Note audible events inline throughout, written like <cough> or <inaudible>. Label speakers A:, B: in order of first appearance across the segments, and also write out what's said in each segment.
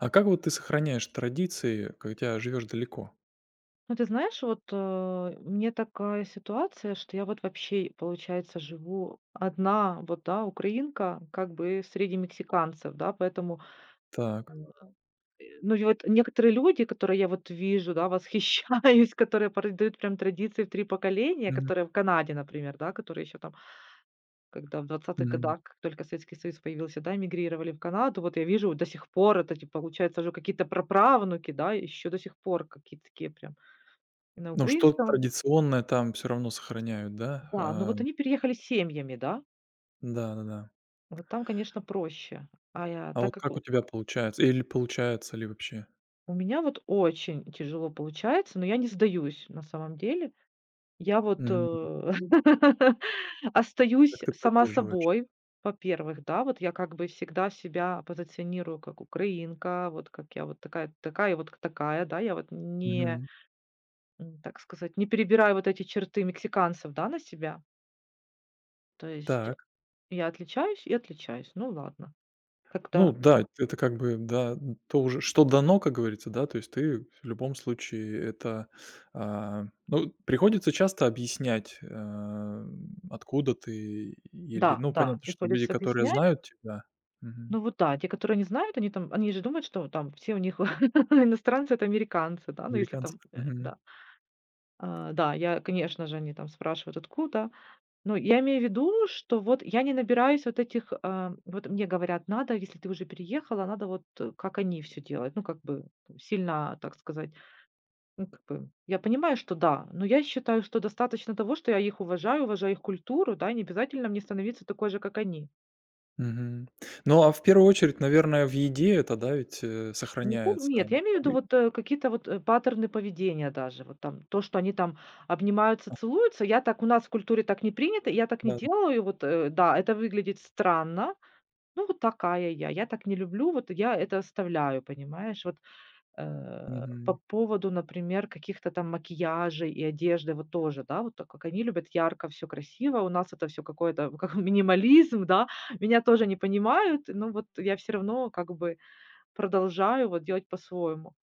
A: А как вот ты сохраняешь традиции, когда живешь далеко?
B: Ну, ты знаешь, вот, у такая ситуация, что я вот вообще, получается, живу одна, вот, да, украинка, как бы среди мексиканцев, да, поэтому,
A: Так.
B: ну, и вот некоторые люди, которые я вот вижу, да, восхищаюсь, <laughs> которые передают прям традиции в 3 поколения,
A: Мгм.
B: которые в Канаде, например, да, которые еще там, когда в двадцатых
A: Мгм.
B: годах, как только Советский Союз появился, да, эмигрировали в Канаду, вот я вижу до сих пор, это, типа, получается, уже какие-то праправнуки, да, еще до сих пор какие-то такие прям и на
A: Ну, что
B: украинском.
A: традиционное там все равно сохраняют, да?
B: Да, но вот они переехали семьями, да.
A: Да-да-да.
B: Вот там, конечно, проще. А я,
A: А
B: так
A: вот
B: как
A: как у
B: у
A: тебя получается? Или получается ли вообще?
B: у меня вот очень тяжело получается, но я не сдаюсь на самом деле. Я вот,
A: Мгм.
B: <laughs> остаюсь
A: Как ты
B: сама
A: поддерживаешь?
B: собой, во-первых, да. Вот я как бы всегда себя позиционирую как украинка, вот как я вот такая, вот такая, да. Я вот не,
A: Мгм.
B: так сказать, не перебираю вот эти черты мексиканцев, да, на себя. То есть
A: Так.
B: я отличаюсь и отличаюсь. Ну ладно.
A: Ну
B: Как-то.
A: да, это как бы, да, то уже, что дано, как говорится, да, то есть ты в любом случае это, ну, приходится часто объяснять, откуда ты или,
B: Да,
A: ну, понятно,
B: да,
A: что люди,
B: приходится
A: которые
B: объяснять.
A: знают тебя, мгм,
B: Ну вот да, те, которые не знают, они там, они же думают, что там все у них <laughs> иностранцы это американцы, да, ну если
A: американцы,
B: там,
A: мгм,
B: да. А, да, я, конечно же, они там спрашивают, откуда. Но я имею в виду, что вот я не набираюсь вот этих, вот мне говорят, надо, если ты уже переехала, надо вот как они все делают, ну как бы сильно, так сказать, ну как бы, я понимаю, что да, но я считаю, что достаточно того, что я их уважаю, уважаю их культуру, да, и не обязательно мне становиться такой же, как они.
A: мгм. Ну, а в первую очередь, наверное, в еде это, да, ведь,
B: Не пом
A: сохраняется. А,
B: нет, я имею в
A: Ну
B: виду
A: и
B: вот, какие-то вот, паттерны поведения даже. Вот там то, что они там обнимаются, целуются. Я так у нас в культуре так не принято, я так не
A: да, да.
B: делаю. И вот, да, это выглядит странно. Ну, вот такая я. Я так не люблю, вот я это оставляю, понимаешь? Вот, по
A: Мгм.
B: поводу, например, каких-то там макияжей и одежды, вот тоже, да, вот так как они любят ярко, все красиво, у нас это все какое-то, <laughs> как минимализм, да. Меня тоже не понимают, но вот я все равно как бы продолжаю вот делать по-своему.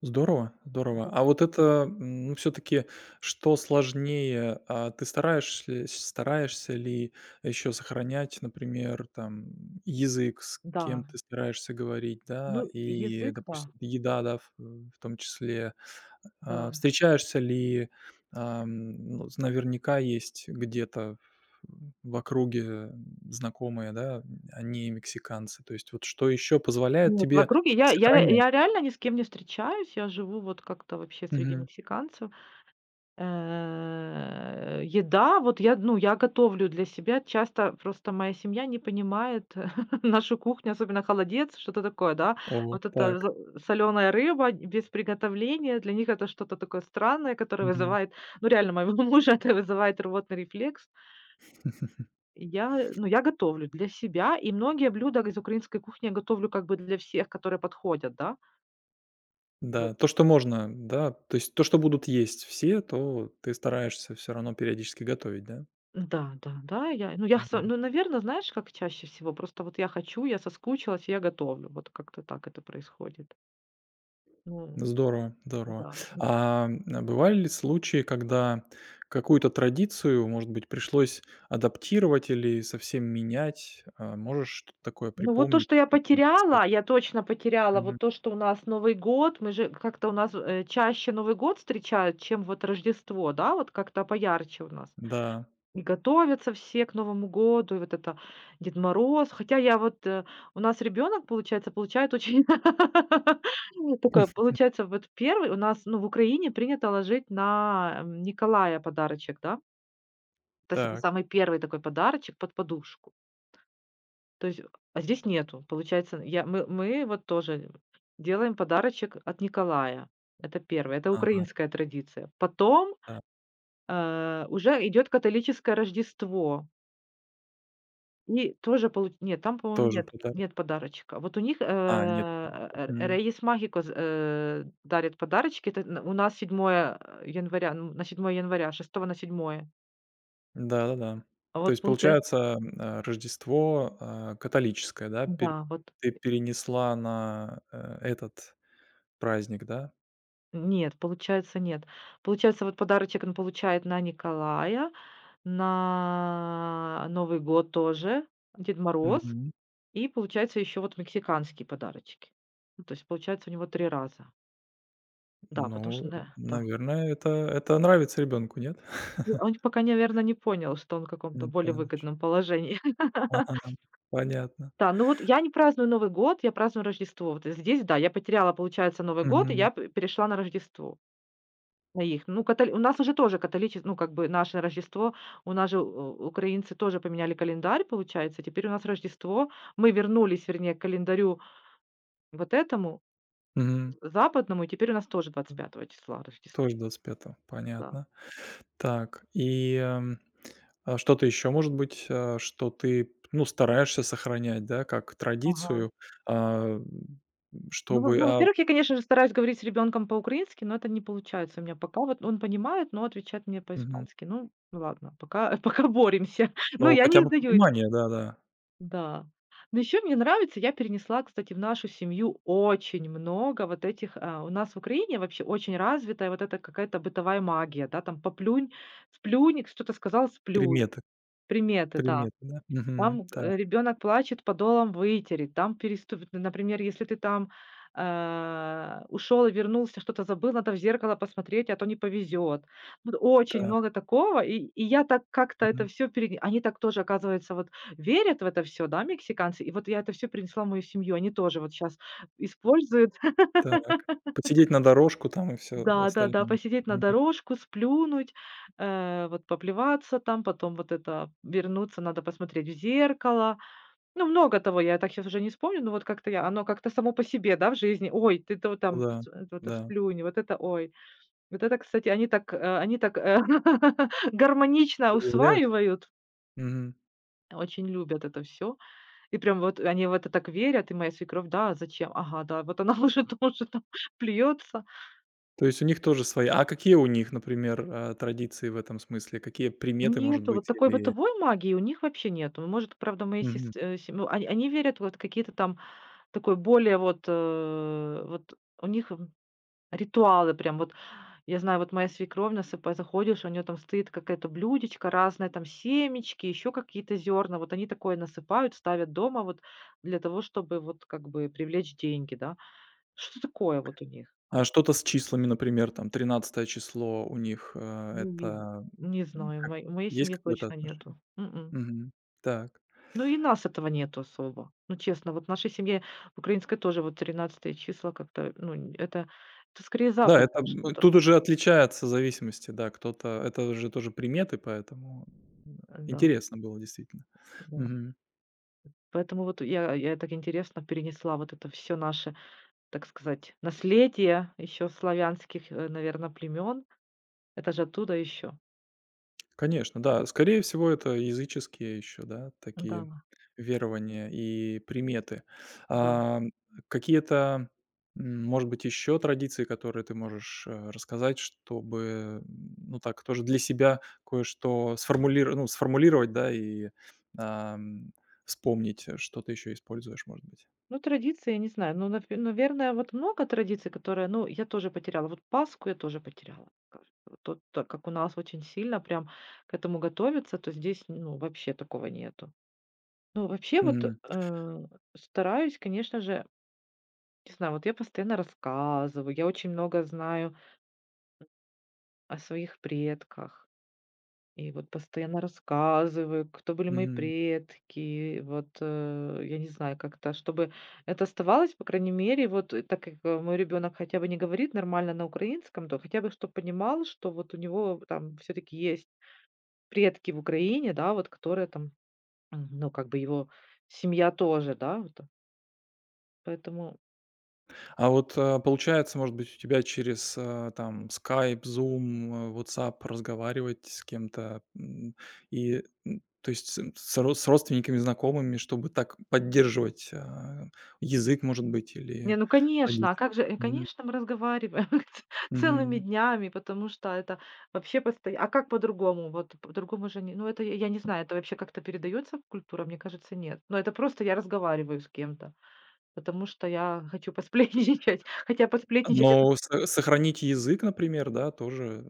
A: Здорово, здорово.
B: Да,
A: А вот это, ну, все таки что сложнее? Ты стараешься ли еще сохранять, например, там, язык, с кем
B: да.
A: ты стараешься говорить, да,
B: Ну,
A: и,
B: язык, да,
A: допустим, еда, да, в том числе.
B: да.
A: Встречаешься ли, ам, ну, з наверняка есть где-то в округе, знакомые, да, они мексиканцы. То есть вот что еще позволяет
B: Нет, в
A: тебе
B: округе я ре
A: сохранять?
B: я реально ни с кем не встречаюсь. Я живу вот как-то вообще среди
A: Мгм.
B: мексиканцев. Еда, вот я, ну, я готовлю для себя. Часто просто моя семья не понимает <laughs> нашу кухню, особенно холодец, что-то такое, да.
A: О,
B: Вот это
A: так.
B: соленая рыба без приготовления, для них это что-то такое странное, которое
A: Мгм.
B: вызывает, ну, реально, моего <laughs> мужа это вызывает рвотный рефлекс.
A: <laughs>
B: Я, ну, я готовлю для себя, и многие блюда из украинской кухни я готовлю как бы для всех, которые подходят, да.
A: Да,
B: Вот.
A: то, что можно, да, то есть то, что будут есть все, то ты стараешься все равно периодически готовить, да?
B: Да, да, да, я, ну, я, са
A: Мгм.
B: ну, наверное, знаешь, как чаще всего, просто вот я хочу, я соскучилась, и я готовлю. Вот как-то так это происходит. Ну
A: Здорово, здорово.
B: да. Н
A: А бывали ли случаи, когда какую-то традицию, может быть, пришлось адаптировать или совсем менять? Можешь что-то такое
B: ну, вот то,
A: припомнить
B: что я
A: и, рассказать?
B: потеряла, я точно потеряла
A: Мгм.
B: вот то, что у нас Новый год, мы же как-то у нас, чаще Новый год встречают, чем вот Рождество, да, вот как-то поярче у нас.
A: Да,
B: И готовятся все к Новому году, и вот это Дед Мороз. Хотя я вот, у нас ребенок получается, получает очень <laughs> только получается, вот первый у нас, ну, в Украине принято ложить на, Николая подарочек, да. То есть это
A: так.
B: самый первый такой подарочек под подушку. То есть, а здесь нету. Получается, я мы вот тоже делаем подарочек от Николая. Это 1, это
A: Ага,
B: украинская традиция. Потом,
A: да.
B: уже идет католическое Рождество. И тоже получ нет, там, по-моему,
A: Тоже
B: нет
A: подарок.
B: нет подарочка. Вот у них,
A: А, нет.
B: Р Reyes Magicos, дарит подарочки. Это н у нас седьмое января, н на седьмое января, шестого на седьмое.
A: Да-да-да.
B: А
A: То
B: вот
A: есть,
B: получается
A: получается, Рождество, а, католическое, да, пере
B: да, вот
A: ты перенесла на, этот праздник, да?
B: нет, получается, нет. Получается, вот подарочек он получает на Николая, на Новый год тоже, Дед Мороз
A: Мгм.
B: и, получается, еще вот мексиканские подарочки. Ну, то есть, получается, у него 3 раза. Да, потому что,
A: Ну,
B: да, да.
A: наверное, это нравится ребенку, нет? <laughs>
B: Б он пока, наверное, не понял, что он в каком-то
A: Не
B: более
A: понял еще.
B: выгодном положении. <laughs>
A: Ага, понятно.
B: Да, ну вот я не праздную Новый год, я праздную Рождество. Вот здесь, да, я потеряла, получается, Новый год, и
A: Мгм.
B: я п перешла на Рождество, на их. Ну, католи у нас уже тоже католичес ну, как бы наше Рождество, у нас же у украинцы тоже поменяли календарь, получается. Теперь у нас Рождество, мы вернулись, вернее, к календарю вот этому,
A: Мгм.
B: западному, и теперь у нас тоже 25 числа Рождество.
A: Тоже 25,
B: Да.
A: понятно. Так, а что-то еще, может быть, что ты, ну, стараешься сохранять, да, как
B: Ага.
A: традицию, а, м,
B: Ну, во
A: чтобы,
B: ну,
A: а
B: во-первых, я, конечно же, стараюсь говорить с ребенком по-украински, но это не получается у меня пока. Вот он понимает, но отвечает мне
A: мгм.
B: по-испански. Ну, ну ладно, пока <laughs> пока боремся. <laughs> Но
A: Ну,
B: я
A: хотя
B: не
A: бы
B: сдаюсь.
A: понимание, да-да.
B: Да. Но еще мне нравится, я перенесла, кстати, в нашу семью очень много вот этих, у нас в Украине вообще очень развитая вот эта какая-то бытовая магия, да, там: "Поплюнь, сплюнь", что-то сказал- сплюнь.
A: Приметы
B: Приметы, да.
A: приметы, да? Мгм.
B: Там,
A: Так
B: ребенок плачет, подолом вытереть, там переступит. Ну, например, если ты там, ушел и вернулся, что-то забыл, надо в зеркало посмотреть, а то не повезет. Вот очень
A: так.
B: много такого, и я так как-то это
A: Мгм.
B: все перене они так тоже, оказывается, вот верят в это все, да, мексиканцы, и вот я это все принесла в мою семью. Они тоже вот сейчас используют. <laughs>
A: Так. Подсидеть на дорожку там и всё
B: Да-да-да,
A: остальное.
B: посидеть на
A: Мгм.
B: дорожку, сплюнуть, вот поплеваться там, потом вот это вернуться, надо посмотреть в зеркало. Ну, много того, я так сейчас уже не вспомню, но вот как-то я оно как-то само по себе, да, в жизни. Ой, ты то
A: Ну
B: там
A: да.
B: ц вот это
A: Да.
B: сплюнь, вот это ой. Вот это, кстати, они так, они так, <laughs> гармонично
A: Удивляются.
B: усваивают,
A: Мгм.
B: очень любят это все. И прям вот они в это так верят. И моя свекровь: "Да, зачем? Ага, да, вот она <laughs> уже тоже там плюется".
A: То есть у них тоже свои. А какие у них, например, традиции в этом смысле? Какие приметы, может
B: Нету вот
A: быть,
B: такой
A: или
B: бытовой магии у них вообще нету. Может, правда, мои
A: мгм.
B: сестры, они верят вот какие-то там такой более вот, вот у них ритуалы прям вот. Я знаю, вот моя свекровь сыпа заходишь, у нее там стоит какая-то блюдечко разные там семечки, еще какие-то зерна. Вот они такое насыпают, ставят дома вот для того, чтобы вот как бы привлечь деньги, да. Что такое вот у них?
A: А что-то с числами, например, там тринадцатое число у них,
B: Не видела.
A: это,
B: Не знаю, в
A: как
B: моей
A: есть
B: семье
A: какое-то
B: точно
A: отношение?
B: нету.
A: Мгм. Так.
B: Ну и нас этого нету особо. Ну честно, вот в нашей семье в украинской тоже вот тринадцатое числа как-то, ну, н это скорее
A: Да, это,
B: западное что-то.
A: тут уже отличается зависимости, да, кто-то это уже тоже приметы, поэтому, м,
B: Да,
A: интересно было действительно.
B: да.
A: Мгм.
B: Поэтому вот я так интересно перенесла вот это все наше, так сказать, наследие еще славянских, наверное, племен. Это же оттуда еще.
A: Конечно, да, скорее всего, это языческие еще, да,
B: Да,
A: такие верования и приметы.
B: да.
A: А, какие-то, может быть, еще традиции, которые ты можешь, рассказать, чтобы, ну, так тоже для себя кое-что сформулир ну, сформулировать, да, и, ам, вспомнить, что ты еще используешь, может быть?
B: Ну, традиции, я не знаю, ну, нав наверное, вот много традиций, которые, ну, я тоже потеряла. Вот Пасху я тоже потеряла, кажется. Вот тут, так как у нас очень сильно прям к этому готовится то здесь, ну, вообще такого нету. Ну, вообще вот, стараюсь, конечно же, не знаю, вот я постоянно рассказываю, я очень много знаю о своих предках. И вот постоянно рассказываю, кто были мои
A: Мгм.
B: предки. Вот, я не знаю, как-то, чтобы это оставалось, по крайней мере, вот, так как, мой ребенок хотя бы не говорит нормально на украинском, то хотя бы чтоб понимал, что вот у него там все таки есть предки в Украине, да, вот которые там, ну, как бы его семья тоже, да, вот. Поэтому
A: А вот, получается, может быть, у тебя через, там, Skype, Zoom, WhatsApp разговаривать с кем-то, и, то есть с ро с родственниками, знакомыми, чтобы так поддерживать, язык, может быть,
B: не,
A: или
B: ну конечно, а
A: традиции.
B: как же,
A: Мгм.
B: конечно, мы разговариваем <laughs> целыми
A: Мгм.
B: днями, потому что это вообще посто а как по-другому? Вот по-другому же не ну, это я не знаю, это вообще как-то передается в культуру? Мне кажется, нет. Но это просто я разговариваю с кем-то, потому что я хочу посплетничать. <laughs> Хотя посплетничать- это
A: Но со сохранить язык, например, да, тоже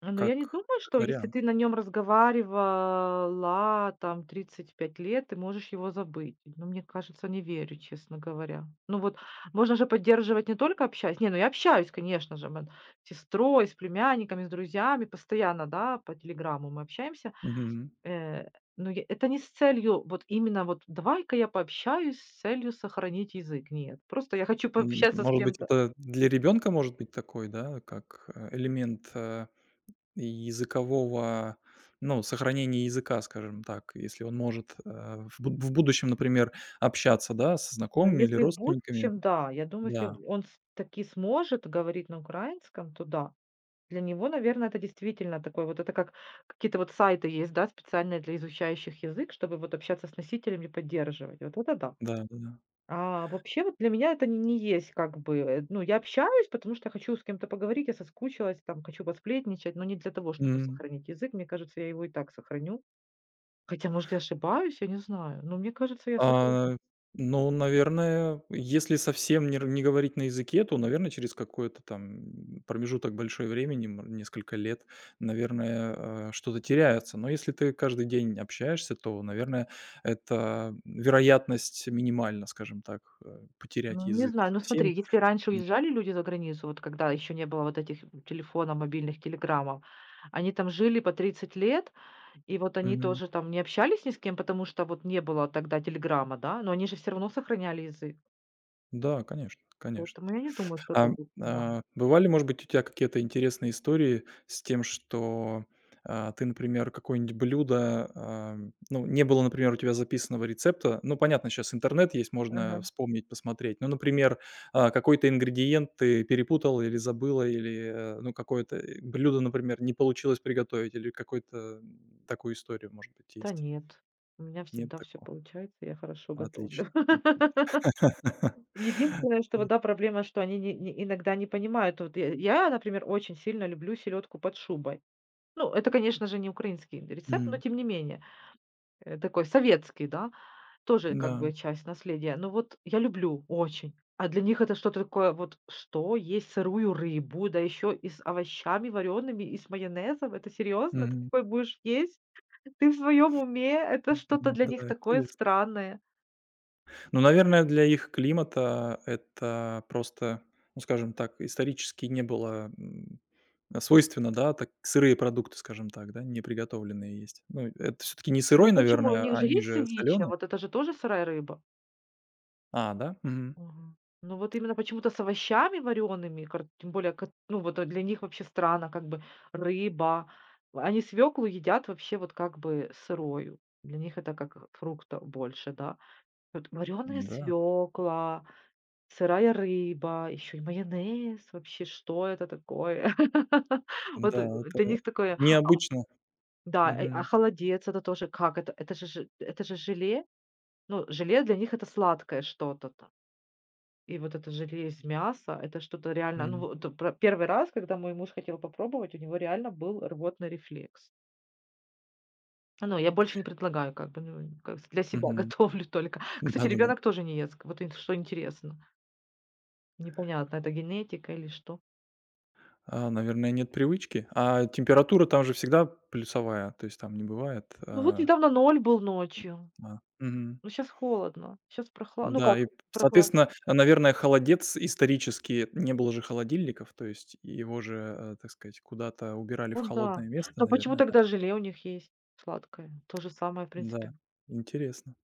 B: а, ну, я не думаю,
A: как
B: что если
A: вариант.
B: ты на нем разговаривала там 35 лет, ты можешь его забыть. Ну, мне кажется, не верю, честно говоря. Ну, вот можно же поддерживать не только общаясь. Не, ну, я общаюсь, конечно же, мы с сестрой, с племянниками, с друзьями постоянно, да, по телеграмму мы общаемся.
A: Мгм.
B: Э, но я это не с целью, вот именно вот: "Давай-ка я пообщаюсь с целью сохранить язык". Нет, просто я хочу пообщаться с
A: Может быть,
B: кем-то.
A: это для ребенка может быть такой, да, как, элемент, э И языкового, ну, сохранения языка, скажем так, если он может, в буд в будущем, например, общаться, да, со
B: Ну,
A: знакомыми или
B: если в
A: родственниками.
B: будущем, да. Я думаю, если
A: Да,
B: он с таки сможет говорить на украинском, то да. Для него, наверное, это действительно такой вот это как какие-то вот сайты есть, да, специальные для изучающих язык, чтобы вот общаться с носителями, поддерживать. Вот это да.
A: да-да-да.
B: А вообще вот для меня это не есть как бы, ну, я общаюсь, потому что хочу с кем-то поговорить, я соскучилась, там, хочу посплетничать, но не для того, чтобы
A: Мгм.
B: сохранить язык. Мне кажется, я его и так сохраню. Хотя, может, я ошибаюсь, я не знаю, но мне кажется, я сохраню.
A: А, ну, наверное, если совсем не р не говорить на языке, то, наверное, через какой-то там промежуток большой времени, несколько лет, наверное, что-то теряется. Но если ты каждый день общаешься, то, наверное, это вероятность минимальна, скажем так, потерять
B: Ну, не
A: язык
B: знаю. Ну,
A: совсем.
B: смотри, если раньше
A: М, да.
B: уезжали люди за границу, вот когда еще не было вот этих телефонов, мобильных, телеграммов, они там жили по 30 лет, и вот они
A: Мгм.
B: тоже там не общались ни с кем, потому что вот не было тогда телеграмма, да, но они же все равно сохраняли язык.
A: Да, конечно, конечно.
B: Поэтому я не думаю, что
A: А,
B: это будет надо.
A: бывали, может быть, у тебя какие-то интересные истории с тем, что, ты, например, какое-нибудь блюдо, ну, не было, например, у тебя записанного рецепта. Ну, понятно, сейчас интернет есть, можно
B: Ага.
A: вспомнить, посмотреть. Ну, например, какой-то ингредиент ты перепутал или забыла, или, ну, какое-то, блюдо, например, не получилось приготовить, или какую то такую историю, может быть,
B: Да
A: есть?
B: нет, у меня
A: Нет
B: всегда все
A: такого?
B: получается, я хорошо готовлю.
A: Отлично, отлично.
B: <laughs>
A: <laughs>
B: Единственное, что вот, да, проблема, что они не- не- иногда не понимают. Вот я, например, очень сильно люблю селедку под шубой. Ну, это, конечно же, не украинский рецепт, но
A: М,
B: тем не менее, такой советский, да, тоже как
A: да.
B: бы часть наследия. Но вот я люблю очень. А для них это что-то такое, вот что, есть сырую рыбу, да еще и с овощами вареными, и с майонезом, это серьезно? Ты
A: Мгм.
B: такое будешь есть? Ты в своем уме? Это что-то
A: М,
B: для
A: да,
B: них такое
A: интересно.
B: странное.
A: Ну, наверное, для их климата это просто, ну, скажем так, исторически не было, свойственно, да, так сырые продукты, скажем так, да, не приготовленные есть. Ну, это все таки не
B: Ну
A: сырой,
B: почему? У
A: наверное,
B: них
A: а
B: же
A: они
B: есть
A: же
B: севиче,
A: соленые,
B: вот это же тоже сырая рыба.
A: А, да? Мгм.
B: Ага. Ну, вот именно почему-то с овощами вареными, тем более, кат ну, вот, для них вообще странно, как бы рыба. Они свеклу едят вообще вот как бы сырую. Для них это как фрукта больше, да. Вот вареная
A: Да,
B: свекла, сырая рыба, еще и майонез. Вообще, что это такое? <laughs> Вот,
A: да,
B: для
A: это
B: них такое.
A: необычно.
B: Да, а
A: Мгм,
B: холодец- это тоже как? Это же ж это же желе. Ну, желе для них- это сладкое что-то и вот это желе из мяса- это что-то реально ну
A: мгм,
B: вот пр 1 раз, когда мой муж хотел попробовать, у него реально был рвотный рефлекс. Ну, я больше не предлагаю как бы, ну, как для себя <laughs>
A: мгм.
B: готовлю только. Кстати,
A: Да-да-да.
B: ребенок тоже не ест, вот ин что интересно. Непонятно, это генетика или что.
A: А, наверное, нет привычки. А температура там же всегда плюсовая, то есть там не бывает,
B: Ну вот недавно ноль был ночью,
A: а. Мгм.
B: ну сейчас холодно, сейчас прохла ну
A: Да, и,
B: как прохла
A: соответственно, наверное, холодец исторически не было же холодильников, то есть его же, так сказать, куда-то убирали в
B: вот да.
A: холодное место,
B: Но почему
A: наверное, да?
B: тогда желе у них есть сладкое? То же самое, в
A: Да.
B: принципе.
A: Интересно,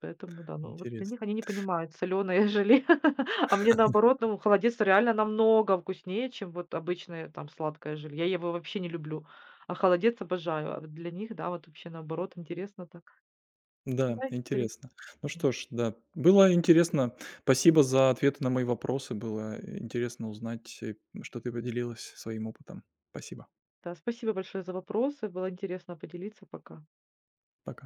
B: Поэтому да, ну вот для
A: интересно.
B: них они не понимают солёное желе, <laughs> а мне наоборот, ну, холодец реально намного вкуснее, чем вот обычное там сладкое желе. Я его вообще не люблю, а холодец обожаю. А вот для них, да, вот вообще наоборот интересно так.
A: Да,
B: Да, исторично.
A: интересно. Ну что ж, да, было интересно. Спасибо за ответы на мои вопросы. Было интересно узнать, что ты поделилась своим опытом. Спасибо.
B: Да, спасибо большое за вопросы. Было интересно поделиться. Пока.
A: Пока.